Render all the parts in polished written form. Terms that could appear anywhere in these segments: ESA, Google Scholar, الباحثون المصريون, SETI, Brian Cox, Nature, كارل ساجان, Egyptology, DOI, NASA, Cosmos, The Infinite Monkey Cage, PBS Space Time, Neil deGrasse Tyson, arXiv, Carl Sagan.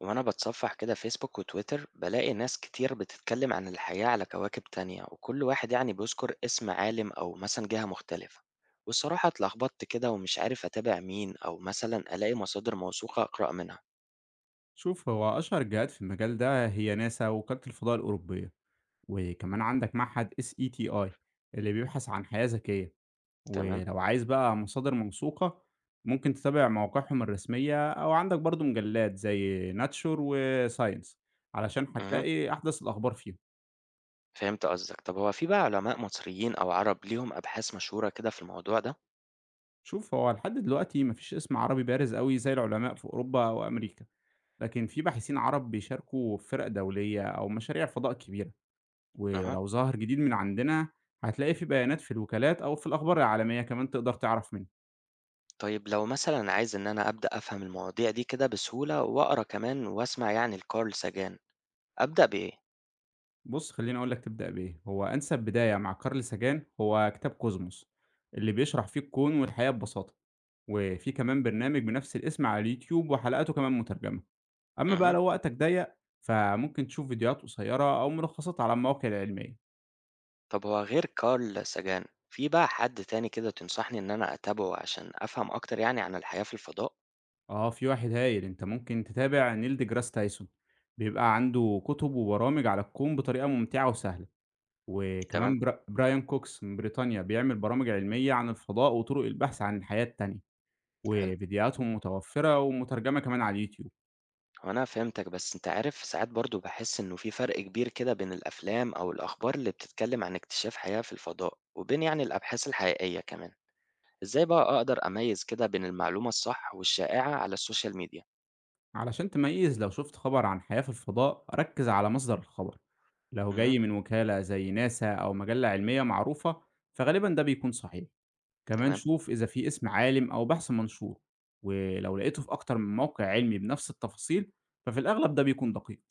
وأنا بتصفح كده فيسبوك وتويتر بلاقي ناس كتير بتتكلم عن الحياة على كواكب تانية وكل واحد يعني بيذكر اسم عالم أو مثلا جهة مختلفة، والصراحة اتلخبطت كده ومش عارف أتابع مين أو مثلا ألاقي مصادر موثوقة أقرأ منها. شوف هو أشهر الجهات في المجال ده هي ناسا ووكالة الفضاء الأوروبية، وكمان عندك معهد اس اي تي اي اللي بيبحث عن حياة ذكية. تمام؟ ولو عايز بقى مصادر موثوقة، ممكن تتابع مواقعهم الرسمية أو عندك برضو مجلات زي ناتشور وساينس، علشان أها، هتلاقي أحدث الأخبار فيهم. فهمت قصدك. طب هو في بقى علماء مصريين أو عرب ليهم أبحاث مشهورة كده في الموضوع ده؟ شوف هو لحد دلوقتي مفيش اسم عربي بارز قوي زي العلماء في أوروبا أو أمريكا، لكن في باحثين عرب بيشاركوا في فرق دولية أو مشاريع فضاء كبيرة. أها. ولو ظهر جديد من عندنا، هتلاقيه في بيانات في الوكالات أو في الأخبار العالمية، كمان تقدر تعرف منه. طيب لو مثلا عايز إن أنا أبدأ أفهم المواضيع دي كده بسهولة وأقرأ كمان وأسمع يعني لكارل ساجان، أبدأ بإيه؟ بُص خلّيني أقول لك تبدأ بإيه، هو أنسب بداية مع كارل ساجان هو كتاب كوزموس، اللي بيشرح فيه الكون والحياة ببساطة، وفي كمان برنامج بنفس الاسم على اليوتيوب وحلقاته كمان مترجمة. أما بقى أها. لو وقتك ضيق، فممكن تشوف فيديوهات قصيرة أو ملخصات على المواقع العلمية. طب هو غير كارل ساجان، في بقى حد تاني كده تنصحني إن أنا أتابعه عشان أفهم أكتر يعني عن الحياة في الفضاء؟ آه في واحد هايل، أنت ممكن تتابع نيل ديجراس تايسون، بيبقى عنده كتب وبرامج على الكون بطريقة ممتعة وسهلة. تمام، وكمان برا برايان كوكس من بريطانيا بيعمل برامج علمية عن الفضاء وطرق البحث عن الحياة التانية، حلو. وفيديوهاتهم متوفرة ومترجمة كمان على اليوتيوب. هو أنا فهمتك، بس أنت عارف ساعات برضو بحس إنه في فرق كبير كده بين الأفلام أو الأخبار اللي بتتكلم عن اكتشاف حياة في الفضاء وبين يعني الأبحاث الحقيقية كمان. إزاي بقى أقدر أميز كده بين المعلومة الصح والشائعة على السوشيال ميديا؟ علشان تميز، لو شفت خبر عن حياة في الفضاء ركز على مصدر الخبر، لو امم جاي من وكالة زي ناسا أو مجلة علمية معروفة فغالبا ده بيكون صحيح. كمان تمام. شوف إذا في اسم عالم أو بحث منشور، ولو لقيته في أكتر من موقع علمي بنفس التفاصيل ففي الأغلب ده بيكون دقيق.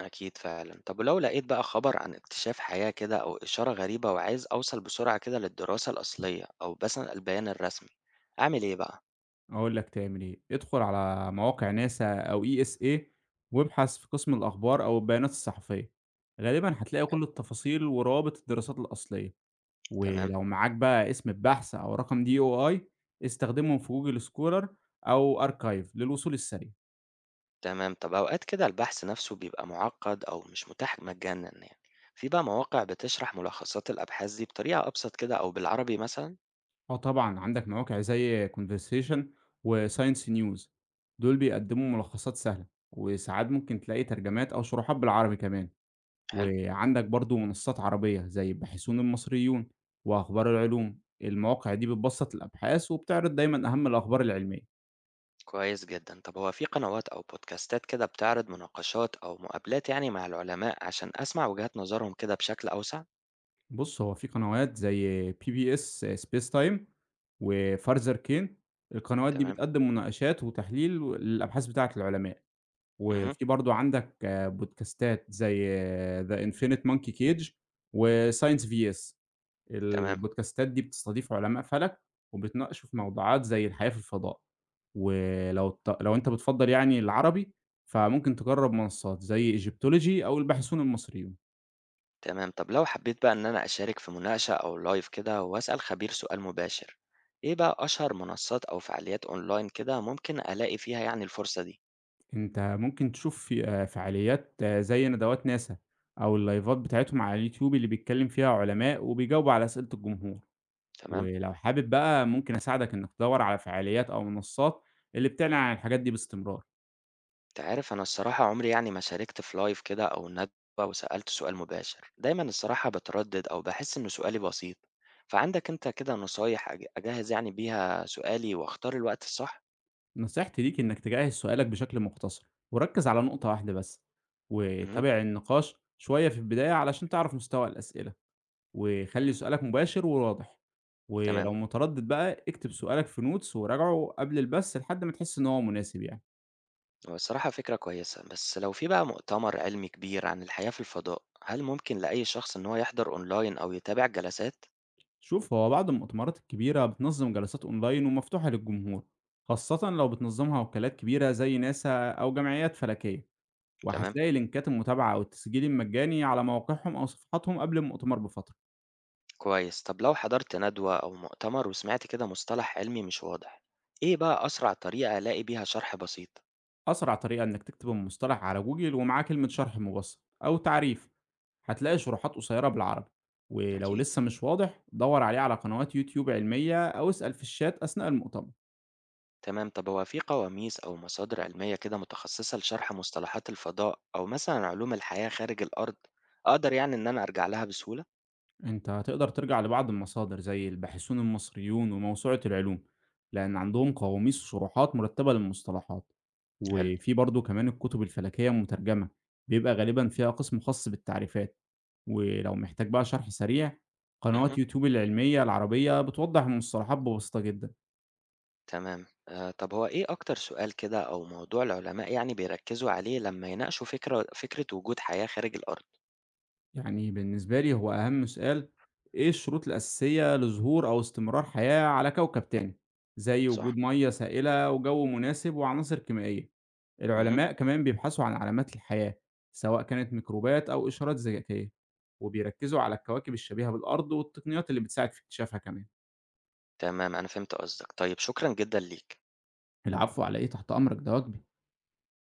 أكيد فعلا. طب ولو لقيت بقى خبر عن اكتشاف حياة كده أو إشارة غريبة وعايز أوصل بسرعة كده للدراسة الأصلية أو مثلا البيان الرسمي، أعمل إيه بقى؟ أقول لك تعمل إيه، ادخل على مواقع ناسا أو ESA، وابحث في قسم الأخبار أو البيانات الصحفية، غالبًا هتلاقي كل التفاصيل ورابط الدراسات الأصلية. تمام. ولو معاك بقى اسم البحث أو رقم DOI، استخدمهم في جوجل سكولر أو أركايف للوصول السريع. تمام. طب أوقات كده البحث نفسه بيبقى معقد أو مش متاح مجانا يعني، في بقى مواقع بتشرح ملخصات الأبحاث دي بطريقة أبسط كده أو بالعربي مثلا؟ آه طبعًا عندك مواقع زي conversation وساينس نيوز، دول بيقدموا ملخصات سهلة، وساعات ممكن تلاقي ترجمات أو شروحات بالعربي كمان. حلو. وعندك برضه منصات عربية زي باحثون المصريون وأخبار العلوم، المواقع دي بتبسط الأبحاث وبتعرض دايمًا أهم الأخبار العلمية. كويس جدا. طب هو في قنوات أو بودكاستات كده بتعرض مناقشات أو مقابلات يعني مع العلماء عشان أسمع وجهات نظرهم كده بشكل أوسع؟ بُص، هو في قنوات زي PBS Space Time وFurther Kane، القنوات دي تمام. بتقدم مناقشات وتحليل للأبحاث بتاعة العلماء. مهم. وفي برضه عندك بودكاستات زي The Infinite Monkey Cage وScience vs. تمام. البودكاستات دي بتستضيف علماء فلك، وبتناقشوا في موضوعات زي الحياة في الفضاء. ولو الت لو أنت بتفضّل يعني العربي، فممكن تجرّب منصات زي Egyptology أو الباحثون المصريون. تمام. طب لو حبيت بقى إن أنا أشارك في مناقشة أو لايف كده وأسأل خبير سؤال مباشر، إيه بقى أشهر منصات أو فعاليات أونلاين كده ممكن ألاقي فيها يعني الفرصة دي؟ أنت ممكن تشوف في فعاليات زي ندوات ناسا أو اللايفات بتاعتهم على اليوتيوب اللي بيتكلم فيها علماء وبيجاوبوا على أسئلة الجمهور. تمام. ولو حابب بقى، ممكن أساعدك إنك تدوّر على فعاليات أو منصات اللي بتعلن عن الحاجات دي باستمرار. تعرف أنا الصراحة عمري يعني ما شاركت في لايف كده أو ندوة وسألت سؤال مباشر. دايما الصراحة بتردد أو بحس إن سؤالي بسيط، فعندك أنت كده نصايح أجهز يعني بيها سؤالي وأختار الوقت الصح؟ نصيحتي ليك إنك تجهّز سؤالك بشكل مختصر، وركّز على نقطة واحدة بس، مهم. وتابع النقاش شوية في البداية علشان تعرف مستوى الأسئلة، وخلّي سؤالك مباشر وواضح. تمام. ولو متردد بقى، اكتب سؤالك في notes وراجعه قبل البث لحد ما تحس إن هو مناسب يعني. هو الصراحة فكرة كويسة، بس لو في بقى مؤتمر علمي كبير عن الحياة في الفضاء، هل ممكن لأي شخص إن هو يحضر أونلاين أو يتابع جلسات؟ شوف هو بعض المؤتمرات الكبيرة بتنظّم جلسات أونلاين ومفتوحة للجمهور، خاصةً لو بتنظّمها وكالات كبيرة زي ناسا أو جمعيات فلكية، تمام. وهتلاقي لينكات المتابعة أو التسجيل المجاني على مواقعهم أو صفحاتهم قبل المؤتمر بفترة. كويس. طب لو حضرت ندوة أو مؤتمر وسمعت كده مصطلح علمي مش واضح، إيه بقى أسرع طريقة ألاقي بيها شرح بسيط؟ أسرع طريقة إنك تكتب المصطلح على جوجل ومعاه كلمة شرح مبسط أو تعريف، هتلاقي شروحات قصيرة بالعربي. ولو أكيد. لسه مش واضح، دور عليه على قنوات يوتيوب علمية أو اسأل في الشات أثناء المؤتمر. تمام. طب هو في قواميس أو مصادر علمية كده متخصصة لشرح مصطلحات الفضاء أو مثلا علوم الحياة خارج الأرض، أقدر يعني إن أنا أرجع لها بسهولة؟ أنت هتقدر ترجع لبعض المصادر زي الباحثون المصريون وموسوعة العلوم، لأن عندهم قواميس وشروحات مرتبة للمصطلحات. حلو. وفي برضو كمان الكتب الفلكية المترجمة، بيبقى غالبا فيها قسم خاص بالتعريفات. ولو محتاج بقى شرح سريع، قنوات مهم. يوتيوب العلمية العربية بتوضح المصطلحات ببساطة جدًا. تمام. آه، طب هو إيه أكتر سؤال كده أو موضوع العلماء يعني بيركزوا عليه لما يناقشوا فكرة وجود حياة خارج الأرض؟ يعني بالنسبة لي هو أهم سؤال، إيه الشروط الأساسية لظهور أو استمرار حياة على كوكب تاني؟ زي صح؟ وجود مَيَّة سائلة وجو مناسب وعناصر كيميائية. مه. العلماء كمان بيبحثوا عن علامات الحياة، سواء كانت ميكروبات أو إشارات ذكية، وبيركزوا على الكواكب الشبيهة بالأرض والتقنيات اللي بتساعد في اكتشافها كمان. تمام، أنا فهمت قصدك. طيب شكرا جدا ليك. العفو على إيه، تحت أمرك، ده واجبي.